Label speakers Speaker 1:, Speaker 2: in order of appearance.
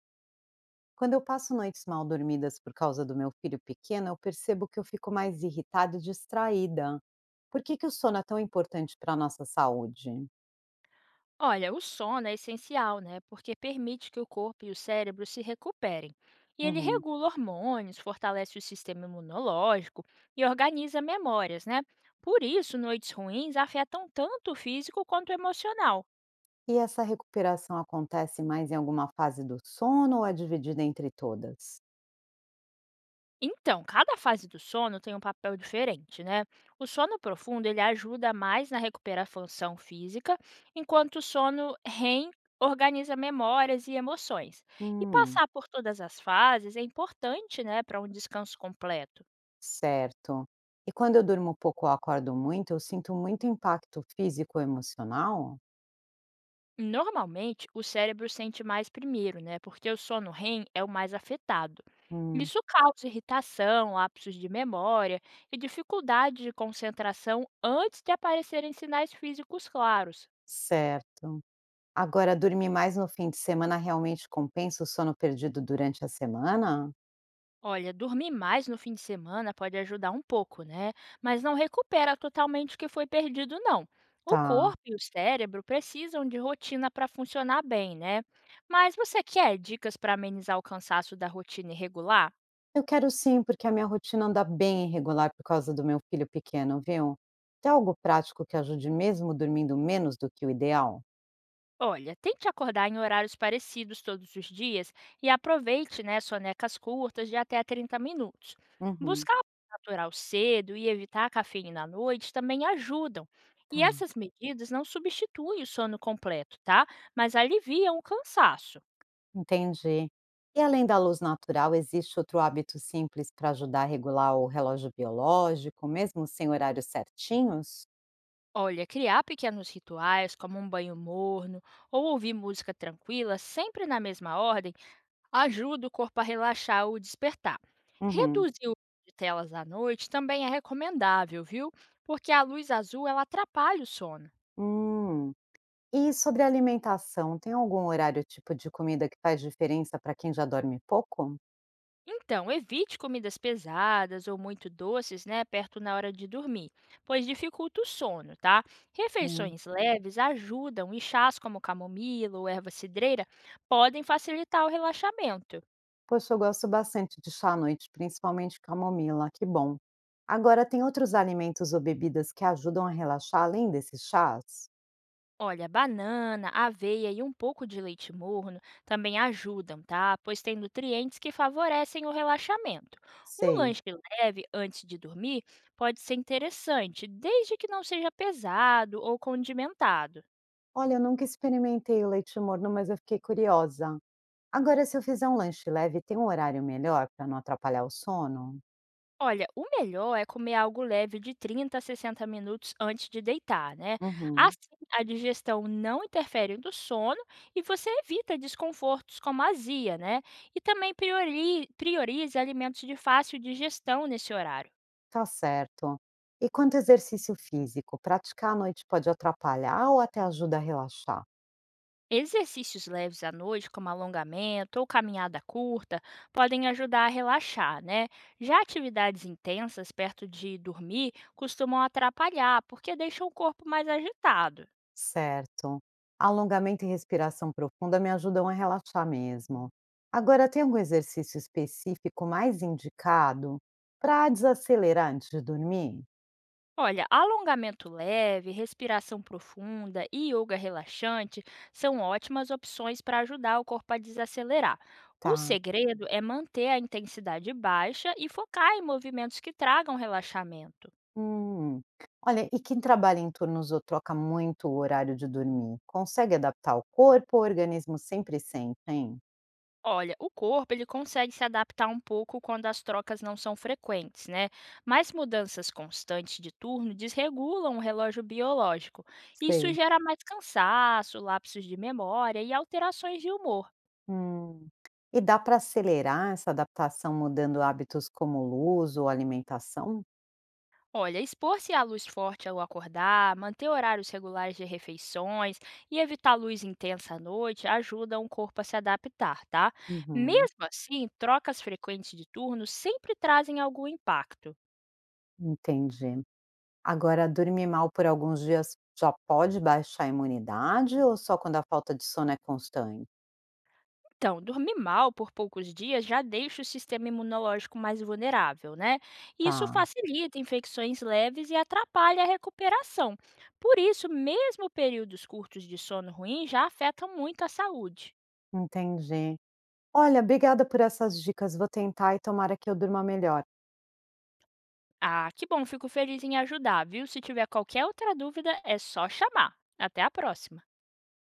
Speaker 1: Quando eu passo noites mal dormidas por causa do meu filho pequeno, eu percebo que eu fico mais irritada e distraída. Por que, que o sono é tão importante para a nossa saúde?
Speaker 2: Olha, o sono é essencial, né? Porque permite que o corpo e o cérebro se recuperem. E ele
Speaker 1: Uhum.
Speaker 2: regula hormônios, fortalece o sistema imunológico e organiza memórias, né? Por isso, noites ruins afetam tanto o físico quanto o emocional.
Speaker 1: E essa recuperação acontece mais em alguma fase do sono ou é dividida entre todas?
Speaker 2: Então, cada fase do sono tem um papel diferente, né? O sono profundo, ele ajuda mais na recuperação física, enquanto o sono REM organiza memórias e emoções. E
Speaker 1: Hum,
Speaker 2: passar por todas as fases é importante, né, para um descanso completo.
Speaker 1: certo. E quando eu durmo pouco ou acordo muito, eu sinto muito impacto físico e emocional?
Speaker 2: Normalmente, o cérebro sente mais primeiro, né? Porque o sono REM é o mais afetado.
Speaker 1: Hum,
Speaker 2: Isso causa irritação, lapsos de memória e dificuldade de concentração antes de aparecerem sinais físicos claros.
Speaker 1: certo. Agora, dormir mais no fim de semana realmente compensa o sono perdido durante a semana?
Speaker 2: Olha, dormir mais no fim de semana pode ajudar um pouco, né? Mas não recupera totalmente o que foi perdido, não. O
Speaker 1: Tá.
Speaker 2: corpo e o cérebro precisam de rotina para funcionar bem, né? Mas você quer dicas para amenizar o cansaço da rotina irregular?
Speaker 1: Eu quero sim, porque a minha rotina anda bem irregular por causa do meu filho pequeno, viu? Tem algo prático que ajude mesmo dormindo menos do que o ideal?
Speaker 2: Olha, tente acordar em horários parecidos todos os dias e aproveite, né, sonecas curtas de até 30 minutos.
Speaker 1: Uhum,
Speaker 2: Buscar o natural cedo e evitar a cafeína à noite também ajudam. E
Speaker 1: tá.
Speaker 2: essas medidas não substituem o sono completo, tá? Mas aliviam o cansaço.
Speaker 1: Entendi. E além da luz natural, existe outro hábito simples para ajudar a regular o relógio biológico, mesmo sem horários certinhos?
Speaker 2: Olha, criar pequenos rituais, como um banho morno ou ouvir música tranquila, sempre na mesma ordem, ajuda o corpo a relaxar ou despertar.
Speaker 1: Uhum.
Speaker 2: Reduzir o uso de telas à noite também é recomendável, viu? Porque a luz azul ela atrapalha o sono.
Speaker 1: Hum. E sobre a alimentação, tem algum horário tipo de comida que faz diferença para quem já dorme pouco?
Speaker 2: Então, evite comidas pesadas ou muito doces, né, perto na hora de dormir, pois dificulta o sono, tá? Refeições leves ajudam e chás como camomila ou erva cidreira podem facilitar o relaxamento.
Speaker 1: Poxa, eu gosto bastante de chá à noite, principalmente camomila, que bom. Agora, tem outros alimentos ou bebidas que ajudam a relaxar além desses chás?
Speaker 2: Olha, banana, aveia e um pouco de leite morno também ajudam, tá? Pois tem nutrientes que favorecem o relaxamento. Um
Speaker 1: Sei.
Speaker 2: lanche leve antes de dormir pode ser interessante, desde que não seja pesado ou condimentado.
Speaker 1: Olha, eu nunca experimentei o leite morno, mas eu fiquei curiosa. Agora, se eu fizer um lanche leve, tem um horário melhor para não atrapalhar o sono?
Speaker 2: Olha, o melhor é comer algo leve de 30 a 60 minutos antes de deitar, né?
Speaker 1: Uhum.
Speaker 2: Assim, a digestão não interfere no sono e você evita desconfortos como azia, né? E também priorize alimentos de fácil digestão nesse horário.
Speaker 1: Tá certo. E quanto ao exercício físico, praticar à noite pode atrapalhar ou até ajuda a relaxar?
Speaker 2: Exercícios leves à noite, como alongamento ou caminhada curta, podem ajudar a relaxar, né? Já atividades intensas perto de dormir costumam atrapalhar, porque deixam o corpo mais agitado.
Speaker 1: Certo. Alongamento e respiração profunda me ajudam a relaxar mesmo. Agora, tem algum exercício específico mais indicado para desacelerar antes de dormir?
Speaker 2: Olha, alongamento leve, respiração profunda e yoga relaxante são ótimas opções para ajudar o corpo a desacelerar. O
Speaker 1: Tá.
Speaker 2: segredo é manter a intensidade baixa e focar em movimentos que tragam relaxamento.
Speaker 1: Hum. Olha, e quem trabalha em turnos ou troca muito o horário de dormir, consegue adaptar o corpo o organismo sempre sente, hein?
Speaker 2: Olha, o corpo ele consegue se adaptar um pouco quando as trocas não são frequentes, né? Mas mudanças constantes de turno desregulam o relógio biológico. Isso
Speaker 1: Sei.
Speaker 2: gera mais cansaço, lapsos de memória e alterações de humor.
Speaker 1: Hum. E dá para acelerar essa adaptação mudando hábitos como luz ou alimentação?
Speaker 2: Olha, expor-se à luz forte ao acordar, manter horários regulares de refeições e evitar luz intensa à noite ajuda o corpo a se adaptar, tá?
Speaker 1: Uhum.
Speaker 2: Mesmo assim, trocas frequentes de turnos sempre trazem algum impacto.
Speaker 1: Entendi. Agora, dormir mal por alguns dias já pode baixar a imunidade ou só quando a falta de sono é constante?
Speaker 2: Então, dormir mal por poucos dias já deixa o sistema imunológico mais vulnerável, né? Isso
Speaker 1: Tá,
Speaker 2: facilita infecções leves e atrapalha a recuperação. Por isso, mesmo períodos curtos de sono ruim já afetam muito a saúde.
Speaker 1: entendi. Olha, obrigada por essas dicas. Vou tentar e tomara que eu durma melhor.
Speaker 2: Ah, que bom, fico feliz em ajudar, viu? Se tiver qualquer outra dúvida, é só chamar. Até a próxima!